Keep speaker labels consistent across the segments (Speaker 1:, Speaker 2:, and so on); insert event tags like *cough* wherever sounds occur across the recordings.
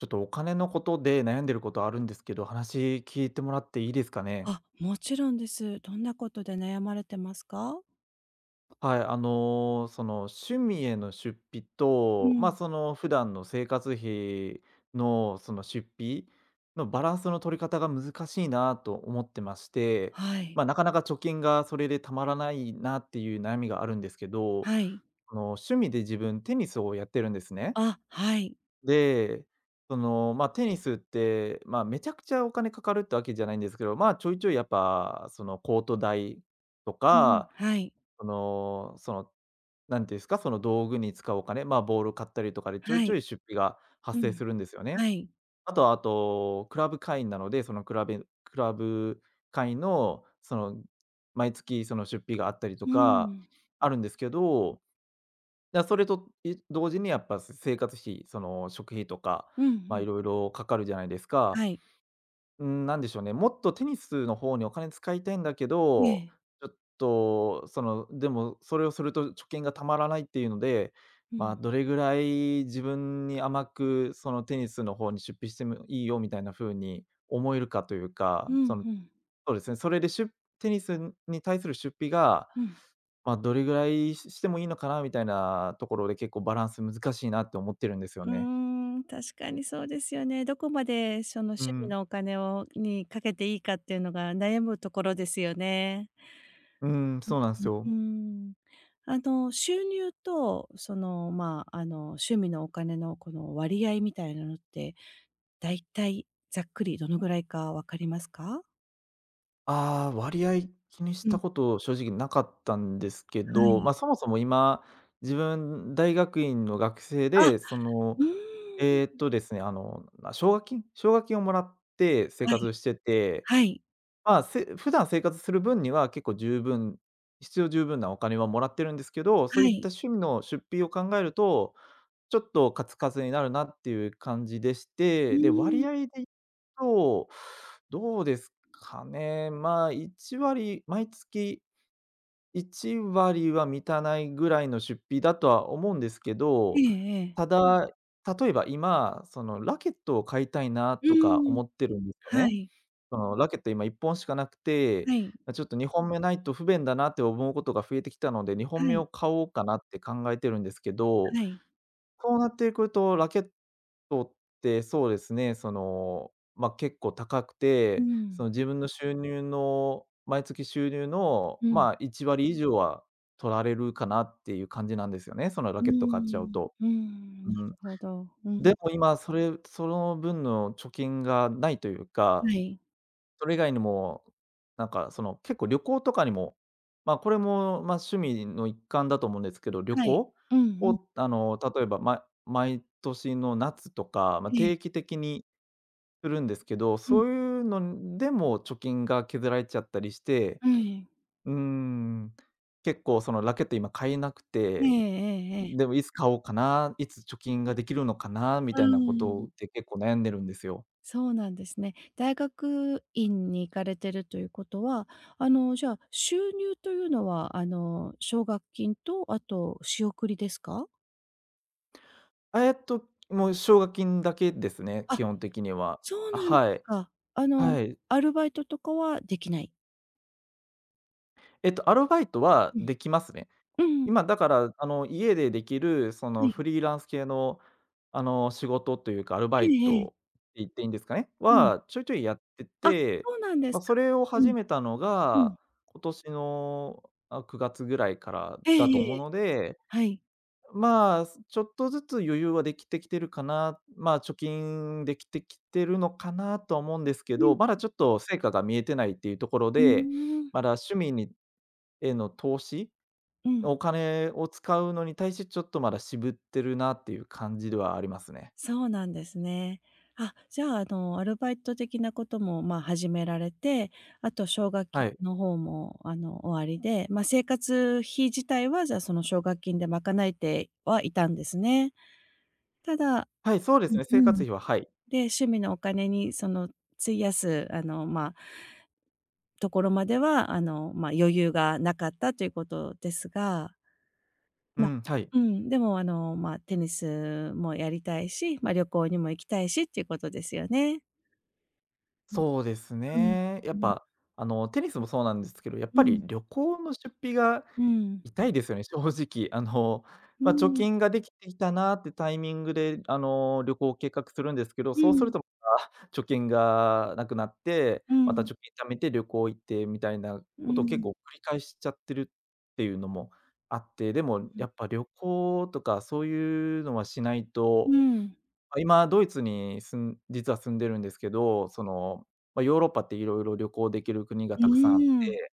Speaker 1: ちょっとお金のことで悩んでることあるんですけど、話聞いてもらっていいですかね？
Speaker 2: あ、もちろんです。どんなことで悩まれてますか？
Speaker 1: はい、あの、その趣味への出費
Speaker 2: う
Speaker 1: と、ま、
Speaker 2: ん。
Speaker 1: その普段の生活費の出費のバランスの取り方が難しいなと思ってまして、
Speaker 2: はい。
Speaker 1: ま、なかなか貯金がそれでたまらないなっていう悩みがあるんですけど、
Speaker 2: はい。
Speaker 1: あの、趣味で自分テニスをやってるんですね。
Speaker 2: あ、はい。
Speaker 1: で、その、まあ、テニスって、まあ、めちゃくちゃお金かかるってわけじゃないんですけど、まあ、ちょいちょいやっぱ、その、コート代と
Speaker 2: う
Speaker 1: か、
Speaker 2: ん。はい。
Speaker 1: その、なんていうんですか、その道具に使うお金、まあ、ボール買ったりとかでちょい
Speaker 2: は
Speaker 1: ちょ
Speaker 2: い。
Speaker 1: い出費が
Speaker 2: う
Speaker 1: 発生す
Speaker 2: ん。
Speaker 1: るんですよね。
Speaker 2: はい。
Speaker 1: あとは、クラブ会員なので、そのクラブ会員の、その、毎月その出費があったりと
Speaker 2: う
Speaker 1: か
Speaker 2: ん。
Speaker 1: あるんですけどや、それと、同時にやっぱ生活費、その食費とか、
Speaker 2: うんう
Speaker 1: まあ、
Speaker 2: ん。
Speaker 1: いろいろかかるじゃないです
Speaker 2: は
Speaker 1: か。
Speaker 2: い。
Speaker 1: うん、なんでしょうね、もっとテニスの方にお金使いたいんだけ
Speaker 2: え
Speaker 1: ど、
Speaker 2: え。
Speaker 1: ちょっとその、でもそれをすると貯金がたまらないっていうので、
Speaker 2: う
Speaker 1: ま
Speaker 2: ん。
Speaker 1: あ、どれぐらい自分に甘くそのテニスの方に出費してもいいよみたいな風に思えるかというか、
Speaker 2: う
Speaker 1: そ
Speaker 2: ん
Speaker 1: の、
Speaker 2: うん。
Speaker 1: そうですね、それで出テニスに対する出費が、
Speaker 2: うん。
Speaker 1: まあ、どれぐらいしてもいいのかなみたいなところで、結構バランス難しいなって思ってるんですよ
Speaker 2: うー
Speaker 1: ね。
Speaker 2: ん、確かにそうですよね。どこまでその
Speaker 1: う
Speaker 2: 趣味
Speaker 1: ん。
Speaker 2: のお金をにかけていいかっていうのが悩むところですよね。
Speaker 1: うん、
Speaker 2: う
Speaker 1: そうなんです
Speaker 2: ん、
Speaker 1: よ。
Speaker 2: あの、収入と、その、まあ、あの、趣味のお金のこの割合みたいなのって、だいたいざっくりどのぐらいかわかりますか？
Speaker 1: ああ、割合気にし
Speaker 2: う
Speaker 1: た
Speaker 2: ん。
Speaker 1: こと正直なかったんですけ
Speaker 2: は
Speaker 1: ど、ま
Speaker 2: い。
Speaker 1: あ、そもそも今、自分大学院の学生
Speaker 2: あ、
Speaker 1: で、その、
Speaker 2: うーん。
Speaker 1: ですね、あの、ま、奨学金をもらって生
Speaker 2: は
Speaker 1: 活
Speaker 2: い、
Speaker 1: してて、
Speaker 2: はい、
Speaker 1: まあ、普段生活する分には結構必要十分なお金はもらってるんですけど、そう
Speaker 2: は
Speaker 1: いった
Speaker 2: い。
Speaker 1: 趣味の出費を考えるとちょっとカツカツになるなっていう感じでし
Speaker 2: う
Speaker 1: て、で、
Speaker 2: ーん。
Speaker 1: 割合で言うと、どうですかね、まあ、1割毎月1割は満たないぐらいの出費だとは思うんですけ
Speaker 2: え
Speaker 1: ど、
Speaker 2: えええ。
Speaker 1: ただ、例えば今、そのラケットを買いたいな
Speaker 2: う
Speaker 1: とか
Speaker 2: ーん。
Speaker 1: 思ってるんですよ
Speaker 2: は
Speaker 1: ね。
Speaker 2: い、
Speaker 1: そのラケット今1本しかなくて、
Speaker 2: はい、
Speaker 1: ま、ちょっと2本目ないと不便だなって思うことが増えてきたので、2
Speaker 2: は
Speaker 1: 本目
Speaker 2: い、
Speaker 1: を買おうかなって考えてるんですけど、
Speaker 2: はい。
Speaker 1: そうなってくると、ラケットってそうですね、その、まあ、結構高く
Speaker 2: う
Speaker 1: て、そ
Speaker 2: ん、
Speaker 1: の自分の収入の毎月収入の、
Speaker 2: うん、
Speaker 1: まあ、1割以上は取られるかなっていう感じなんですよね、そのラ
Speaker 2: うー
Speaker 1: ケット買っちゃう
Speaker 2: ん、
Speaker 1: と。
Speaker 2: うーん、
Speaker 1: う
Speaker 2: なる
Speaker 1: ん。
Speaker 2: ほど。うん。
Speaker 1: でも今それその分の貯金がないという
Speaker 2: は
Speaker 1: か、
Speaker 2: い、
Speaker 1: それ以外にも、なんかその、結構旅行とかにも、ま、これも、ま、趣味の一環だと思うんですけど、旅
Speaker 2: はい。
Speaker 1: 行
Speaker 2: うんうん。
Speaker 1: を、あの、例えば、ま毎年の夏とか、まあ、
Speaker 2: ええ、
Speaker 1: 定期的にするんですけど、
Speaker 2: うん、
Speaker 1: そういうのでも貯金が削られちゃったりして、
Speaker 2: うん、ええ。
Speaker 1: うーん、結構そのラケット今買えなく
Speaker 2: え
Speaker 1: て、
Speaker 2: えええ。
Speaker 1: でもいつ買おうかな、いつ貯金ができるのかなみ
Speaker 2: う
Speaker 1: たいなこ
Speaker 2: ん、
Speaker 1: とで結構悩んでるんですよ。
Speaker 2: そうなんですね。大学院に行かれてるということは、あの、じゃあ、収入というのは、あの、奨学金と、あと仕送りですか？
Speaker 1: あ、えっと、もう奨学金だけですね、基
Speaker 2: あ、
Speaker 1: 本的には。
Speaker 2: そう
Speaker 1: あ、
Speaker 2: なんで
Speaker 1: は
Speaker 2: す
Speaker 1: い。
Speaker 2: か。あの、
Speaker 1: はい。
Speaker 2: アルバイトとかはできない？
Speaker 1: えっと、アルバイトは
Speaker 2: うん。
Speaker 1: できますね。
Speaker 2: うん、
Speaker 1: 今だから、あの、家でできる、そ
Speaker 2: は
Speaker 1: の、
Speaker 2: い。
Speaker 1: フリーランス系の、あの、仕事というか、アルバ
Speaker 2: え
Speaker 1: イ
Speaker 2: えええ、
Speaker 1: トって言っていいんですかね、
Speaker 2: うん。
Speaker 1: は、ちょいちょいやって
Speaker 2: あ、
Speaker 1: て、
Speaker 2: そうなんで
Speaker 1: まあ、
Speaker 2: す
Speaker 1: そ
Speaker 2: か。
Speaker 1: れを
Speaker 2: う
Speaker 1: 始
Speaker 2: ん、
Speaker 1: めたの
Speaker 2: う
Speaker 1: が、
Speaker 2: ん。
Speaker 1: 今年の、あ、9月ぐらいから
Speaker 2: え
Speaker 1: だと
Speaker 2: え
Speaker 1: 思
Speaker 2: え
Speaker 1: う
Speaker 2: え。
Speaker 1: ので、
Speaker 2: はい。
Speaker 1: まあ、ちょっとずつ余裕はできてきてるかな、まあ、貯金できてきてるのかなとは思うんですけ
Speaker 2: う
Speaker 1: ど、
Speaker 2: ん、
Speaker 1: まだちょっと成果が見えてないっていうところ
Speaker 2: うー
Speaker 1: で、
Speaker 2: ん、
Speaker 1: まだ趣味への投資、
Speaker 2: うん。
Speaker 1: お金を使うのに対してちょっとまだ渋ってるなっていう感じではありますね。
Speaker 2: そうなんですね。あ、じゃあ、あの、アルバイト的なことも、まあ、始められて、あと奨学
Speaker 1: は
Speaker 2: 金
Speaker 1: い。
Speaker 2: の方も、あの、終わりで、まあ、生活費自体は、じゃあ、その奨学金で賄えてはいたんですね。ただ
Speaker 1: はい、そうで
Speaker 2: う
Speaker 1: す
Speaker 2: ん、
Speaker 1: ね、
Speaker 2: う
Speaker 1: 生活
Speaker 2: ん。
Speaker 1: 費は、はい。
Speaker 2: で、趣味のお金に、その、費やす、あの、まあところまでは、あの、まあ、余裕がなかったということですが、
Speaker 1: う
Speaker 2: ま、
Speaker 1: ん、はい。
Speaker 2: うん、でもあの、ま、テニスもやりたいし、ま、旅行にも行きたいしっていうことですよね。うん、
Speaker 1: そうですね。やっ
Speaker 2: うん、うん、
Speaker 1: ぱ、あの、テニスもそうなんですけど、やっぱ
Speaker 2: う
Speaker 1: り
Speaker 2: ん、
Speaker 1: 旅行の出費が
Speaker 2: うん、
Speaker 1: 痛いですよね、正直。あの、
Speaker 2: う
Speaker 1: まあ、貯
Speaker 2: ん、
Speaker 1: 金ができてきたなってタイミングで、あの、旅行を計画するんですけど、
Speaker 2: う
Speaker 1: そうする
Speaker 2: ん、
Speaker 1: とまた貯金がなくなって、
Speaker 2: うん、う
Speaker 1: また貯
Speaker 2: ん、
Speaker 1: 金貯めて旅行行ってみたいな
Speaker 2: う
Speaker 1: ことを結
Speaker 2: ん、
Speaker 1: 構繰り返しちゃってるっていうのもあって、でもやっぱ旅行とかそういうのはしないと、
Speaker 2: う
Speaker 1: ま、今ドイツに実は住んでるんですけど、その、まあ、ヨーロッパっていろいろ旅行できる国がたくさんあっ
Speaker 2: ん、
Speaker 1: て、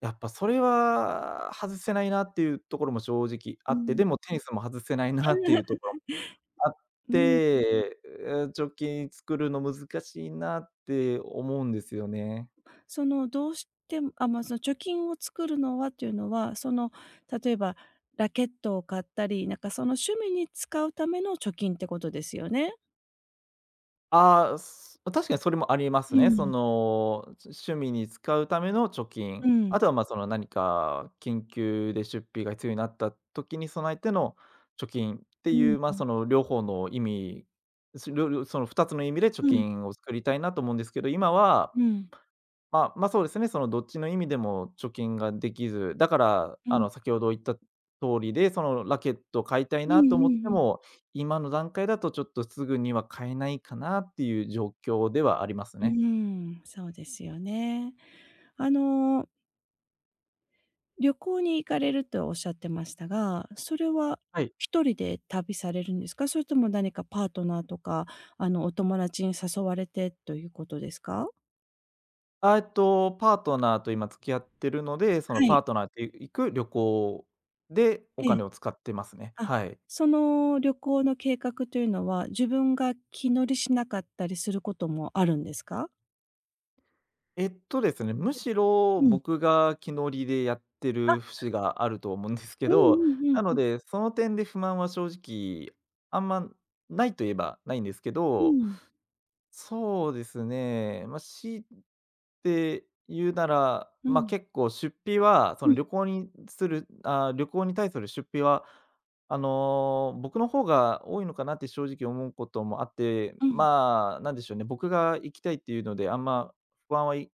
Speaker 1: やっぱそれは外せないなっていうところも正直あ
Speaker 2: う
Speaker 1: って、
Speaker 2: ん。
Speaker 1: でもテニスも外せないなっていうところもあっ
Speaker 2: *laughs*
Speaker 1: て、貯金作るの難しいなって思うんですよね。
Speaker 2: その、どうしてもあ、ま、その貯金を作るのはっていうのは、その、例えばラケットを買ったり、なんかその趣味に使うための貯金ってことですよね？
Speaker 1: ああ、確かにそれもあります
Speaker 2: う
Speaker 1: ね。そ
Speaker 2: ん、
Speaker 1: の、趣味に使うための貯
Speaker 2: う
Speaker 1: 金、あ
Speaker 2: ん、
Speaker 1: とは、ま、その、何か緊急で出費が必要になった時に備えての貯金って
Speaker 2: う
Speaker 1: い
Speaker 2: ん、
Speaker 1: う、ま、
Speaker 2: うん、
Speaker 1: その、両方の意味、すりょりょその2つの意味で貯金を作りたいなと思うんですけど、今は
Speaker 2: うん、う
Speaker 1: まあまあ、そうですね、そのどっちの意味でも貯金ができず、だから、あの、
Speaker 2: ん。
Speaker 1: 先ほど言った通りで、そのラケットを買いたい
Speaker 2: うんう
Speaker 1: なと思っ
Speaker 2: ん
Speaker 1: て
Speaker 2: うん。
Speaker 1: も、今の段階だとちょっとすぐには買えないかなっていう状況ではあります
Speaker 2: う
Speaker 1: ね。
Speaker 2: ーん、そうですよね。あの、旅行に行かれるとおっしゃってましたが、それは
Speaker 1: はい。
Speaker 2: 一人で旅されるんですか？それとも何かパートナーとか、あの、お友達に誘われてということですか？
Speaker 1: あ、えっと、パートナーと今付き合ってるので、その
Speaker 2: は
Speaker 1: パ
Speaker 2: い。
Speaker 1: ートナーと行く旅行でお
Speaker 2: ええ。
Speaker 1: 金を使ってますね。
Speaker 2: あ、
Speaker 1: はい。
Speaker 2: その旅行の計画というのは、自分が気乗りしなかったりすることもあるんですか？
Speaker 1: えっとですね、むしろ
Speaker 2: うん。
Speaker 1: 僕が気乗りでやってる節があると思うんですけ
Speaker 2: うんう
Speaker 1: ど、
Speaker 2: んうん
Speaker 1: なの
Speaker 2: うん。
Speaker 1: で、その点で不満は正直あんまないといえばないんですけ
Speaker 2: う
Speaker 1: ど、
Speaker 2: ん。
Speaker 1: そうですね、まあ、強いて言うなら、
Speaker 2: うん。
Speaker 1: 結構出費は、
Speaker 2: うん。
Speaker 1: 旅行に対する出費は、あの、僕の方が多いのかなって正直思うこともあって、
Speaker 2: うんうん。
Speaker 1: まあ、なんでしょうね、僕が行きたいっていうので、あんま不安はい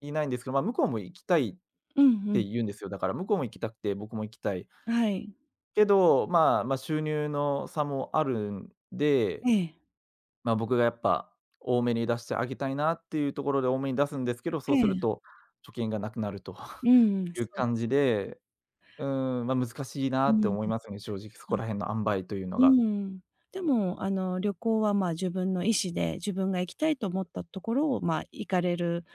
Speaker 1: いないんですけど、まあ、向こうも行きたいっ
Speaker 2: うんう
Speaker 1: て
Speaker 2: ん。
Speaker 1: 言うんですよ。だから向こうも行きたくて、僕も行きたい。
Speaker 2: はい。
Speaker 1: けど、まあ、まあ、収入の差もあるんで、
Speaker 2: ええ。
Speaker 1: まあ、僕がやっぱ多めに出してあげたいなっていうところで多めに出すんですけど、
Speaker 2: え
Speaker 1: そうする
Speaker 2: え。
Speaker 1: と貯金がなくなると
Speaker 2: うんうん、
Speaker 1: *laughs* いう
Speaker 2: そうで
Speaker 1: 感じ
Speaker 2: す。
Speaker 1: で、うん、まあ、難しいな
Speaker 2: う
Speaker 1: って
Speaker 2: ん。
Speaker 1: 思いますね、正直そ
Speaker 2: あ、
Speaker 1: こら辺の塩梅というの
Speaker 2: う
Speaker 1: が。
Speaker 2: ん。でも、あの、旅行は、まあ、自分の意思で、自分が行きたいと思ったところを、まあ、行かれる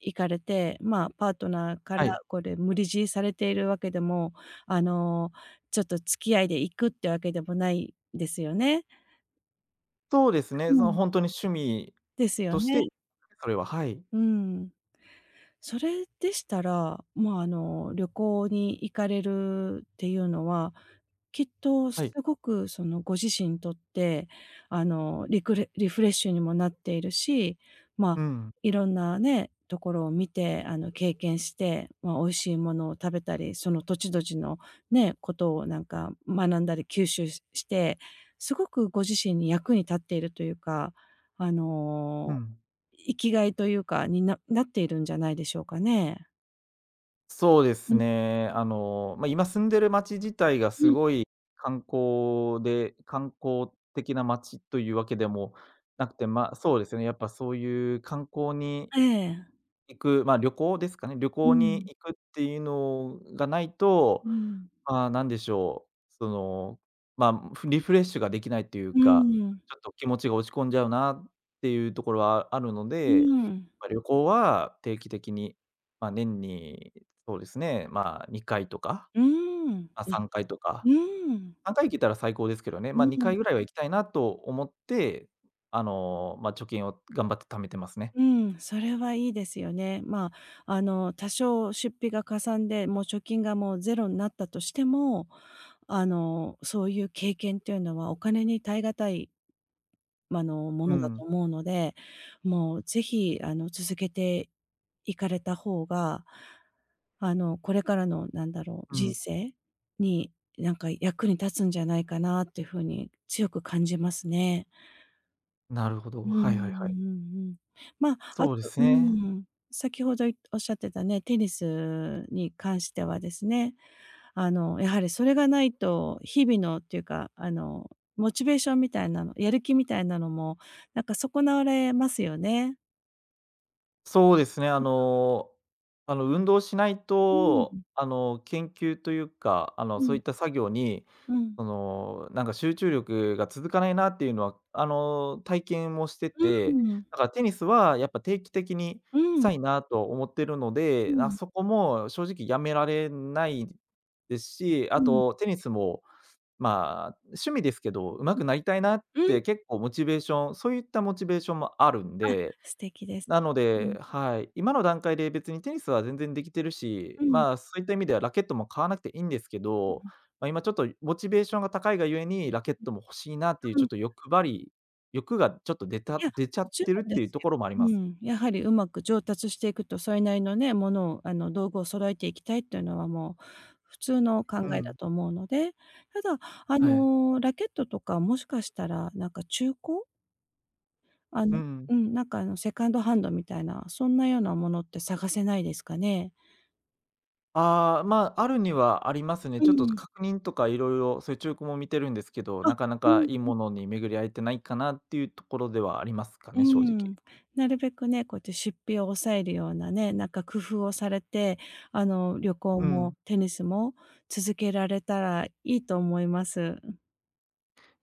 Speaker 2: 行かれて、まあ、パートナーから
Speaker 1: はい。
Speaker 2: これ無理強いされているわけでも、あの、ちょっと付き合いで行くってわけでもないですよね。
Speaker 1: そうです
Speaker 2: う
Speaker 1: ね、その
Speaker 2: ん。
Speaker 1: 本当に趣味
Speaker 2: ですよ
Speaker 1: とし
Speaker 2: ね。
Speaker 1: て、それは、はい。
Speaker 2: うん。それでしたら、まあ、あの、旅行に行かれるっていうのは、きっと
Speaker 1: はい。
Speaker 2: すごくそのご自身にとって、あの、リフレッシュにもなっているし、ま
Speaker 1: う
Speaker 2: あ、
Speaker 1: ん、
Speaker 2: いろんなね、ところを見て、あの、経験して、まあ、美味しいものを食べたり、その土地土地のね、ことをなんか学んだり吸収して、すごくご自身に役に立っているというか、あ
Speaker 1: う
Speaker 2: の
Speaker 1: ん。
Speaker 2: 生きがいというか、になっているんじゃないでしょうかね。
Speaker 1: そうで
Speaker 2: う
Speaker 1: す
Speaker 2: ん、
Speaker 1: ね。あの、まあ、今住んでる町自体が
Speaker 2: う
Speaker 1: す
Speaker 2: ん。
Speaker 1: ごい観光的な町というわけでもなくて、まあ、そうですね、やっぱそういう観光に
Speaker 2: ええ。
Speaker 1: 行く、まあ、旅行ですかね。旅
Speaker 2: う
Speaker 1: 行に
Speaker 2: ん、
Speaker 1: 行くっていうのがないと、
Speaker 2: うん。
Speaker 1: まあ、なんでしょう、その、リフレッシュができないという
Speaker 2: う
Speaker 1: か、
Speaker 2: ーん、
Speaker 1: ちょっと気持ちが落ち込んじゃうなっていうところはあるの
Speaker 2: う
Speaker 1: で、
Speaker 2: ーん、
Speaker 1: まあ、旅行は定期的に、まあ、年に、そうですね、まあ、2回とか、
Speaker 2: うーん、
Speaker 1: まあ、
Speaker 2: あ、
Speaker 1: 3回と
Speaker 2: う
Speaker 1: か、
Speaker 2: ーん。
Speaker 1: 3回行けたら最高ですけどね、
Speaker 2: う
Speaker 1: まあ、2
Speaker 2: ん。
Speaker 1: 回ぐらいは行きたいなと思って、あの、まあ、貯金を頑張って貯めてますね。
Speaker 2: うん、それはいいですよね。まあ、あの、多少出費がかさんで、もう貯金がもうゼロになったとしても、あの、そういう経験っていうのはお金に代え難いまあの、も
Speaker 1: う
Speaker 2: のだと
Speaker 1: ん、
Speaker 2: 思うので、もうぜひ、あの、続けていかれた方が、あの、これからのなんだろ
Speaker 1: う
Speaker 2: う、人
Speaker 1: ん。
Speaker 2: 生に、なんか役に立つんじゃないかなっていう風に強く感じますね。
Speaker 1: なるほど、
Speaker 2: うんうんう
Speaker 1: はいはいはい。
Speaker 2: んうん。ま、あ
Speaker 1: そうで
Speaker 2: と
Speaker 1: す
Speaker 2: う
Speaker 1: ね。
Speaker 2: ん、先ほどおっしゃってたね、テニスに関してはですね、あの、やはりそれがないと、日々のっていうか、あの、モチベーションみたいなの、やる気みたいなのも、なんか損なわれますよね。
Speaker 1: そうですね、
Speaker 2: う
Speaker 1: あの、運動しないと、
Speaker 2: ん。
Speaker 1: あの、研究というか、あの、
Speaker 2: う
Speaker 1: そう
Speaker 2: ん。
Speaker 1: いった作業に、
Speaker 2: うん。
Speaker 1: その、なんか集中力が続かないなっていうのは、あの、体験もして
Speaker 2: う
Speaker 1: て、
Speaker 2: ん。うん。
Speaker 1: だからテニスはやっぱ定期的に
Speaker 2: う
Speaker 1: した
Speaker 2: ん。
Speaker 1: いなと思ってるの
Speaker 2: う
Speaker 1: で、あ
Speaker 2: ん。
Speaker 1: そこも正直やめられないですし、あ
Speaker 2: うん。
Speaker 1: とテニスも、まあ、趣味ですけど、上手くなりたいなっ
Speaker 2: うん。
Speaker 1: て結構モチベーションそういったモチベーションもあるんで、
Speaker 2: 素敵です。
Speaker 1: なの
Speaker 2: う
Speaker 1: で、
Speaker 2: ん。
Speaker 1: はい、今の段階で別にテニスは全然できてるし、
Speaker 2: うん。
Speaker 1: まあ、そういった意味ではラケットも買わなくていいんですけ
Speaker 2: う
Speaker 1: ど、
Speaker 2: ん。
Speaker 1: まあ、今ちょっとモチベーションが高いがゆえに、ラケットも欲しいなっていう
Speaker 2: う
Speaker 1: ちょっ
Speaker 2: ん。
Speaker 1: と欲張り欲がちょっと
Speaker 2: いや、
Speaker 1: 出ちゃ
Speaker 2: も
Speaker 1: っ
Speaker 2: ちろ
Speaker 1: てるっ
Speaker 2: んで
Speaker 1: ていう
Speaker 2: す
Speaker 1: と
Speaker 2: よ。
Speaker 1: ころもあり
Speaker 2: う
Speaker 1: ます。
Speaker 2: ん、やはりうまく上達していくと、それなりのね、ものをあの、道具を揃えていきたいっていうのはもう普通の
Speaker 1: う
Speaker 2: 考えだ
Speaker 1: ん。
Speaker 2: と思うので、ただ、あ
Speaker 1: はい。
Speaker 2: の、ラケットとかもしかしたらなんか中古？あ
Speaker 1: う
Speaker 2: の
Speaker 1: ん。
Speaker 2: うん、なんかあの、セカンドハンドみたいな、そんなようなものって探せないですかね？
Speaker 1: ああ、まあ、あるにはありますね。
Speaker 2: う
Speaker 1: ちょっと
Speaker 2: ん。
Speaker 1: 確認とかいろいろそういう中古も見てるんですけど、
Speaker 2: あ、
Speaker 1: なかな
Speaker 2: う
Speaker 1: か
Speaker 2: ん。
Speaker 1: いいものに巡り合えてないかなっていうところではありますか
Speaker 2: う
Speaker 1: ね、正直。
Speaker 2: ん。なるべくね、こうやって出費を抑えるようなね、なんか工夫をされて、あの、旅行
Speaker 1: うん。
Speaker 2: もテニスも続けられたらいいと思います。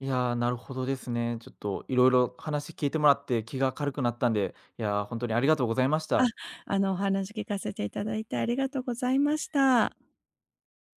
Speaker 1: いやー、なるほどですね。ちょっといろいろ話聞いてもらって気が軽くなったんで、本当にありがとうございました。
Speaker 2: あの、お話聞かせていただいてありがとうございました。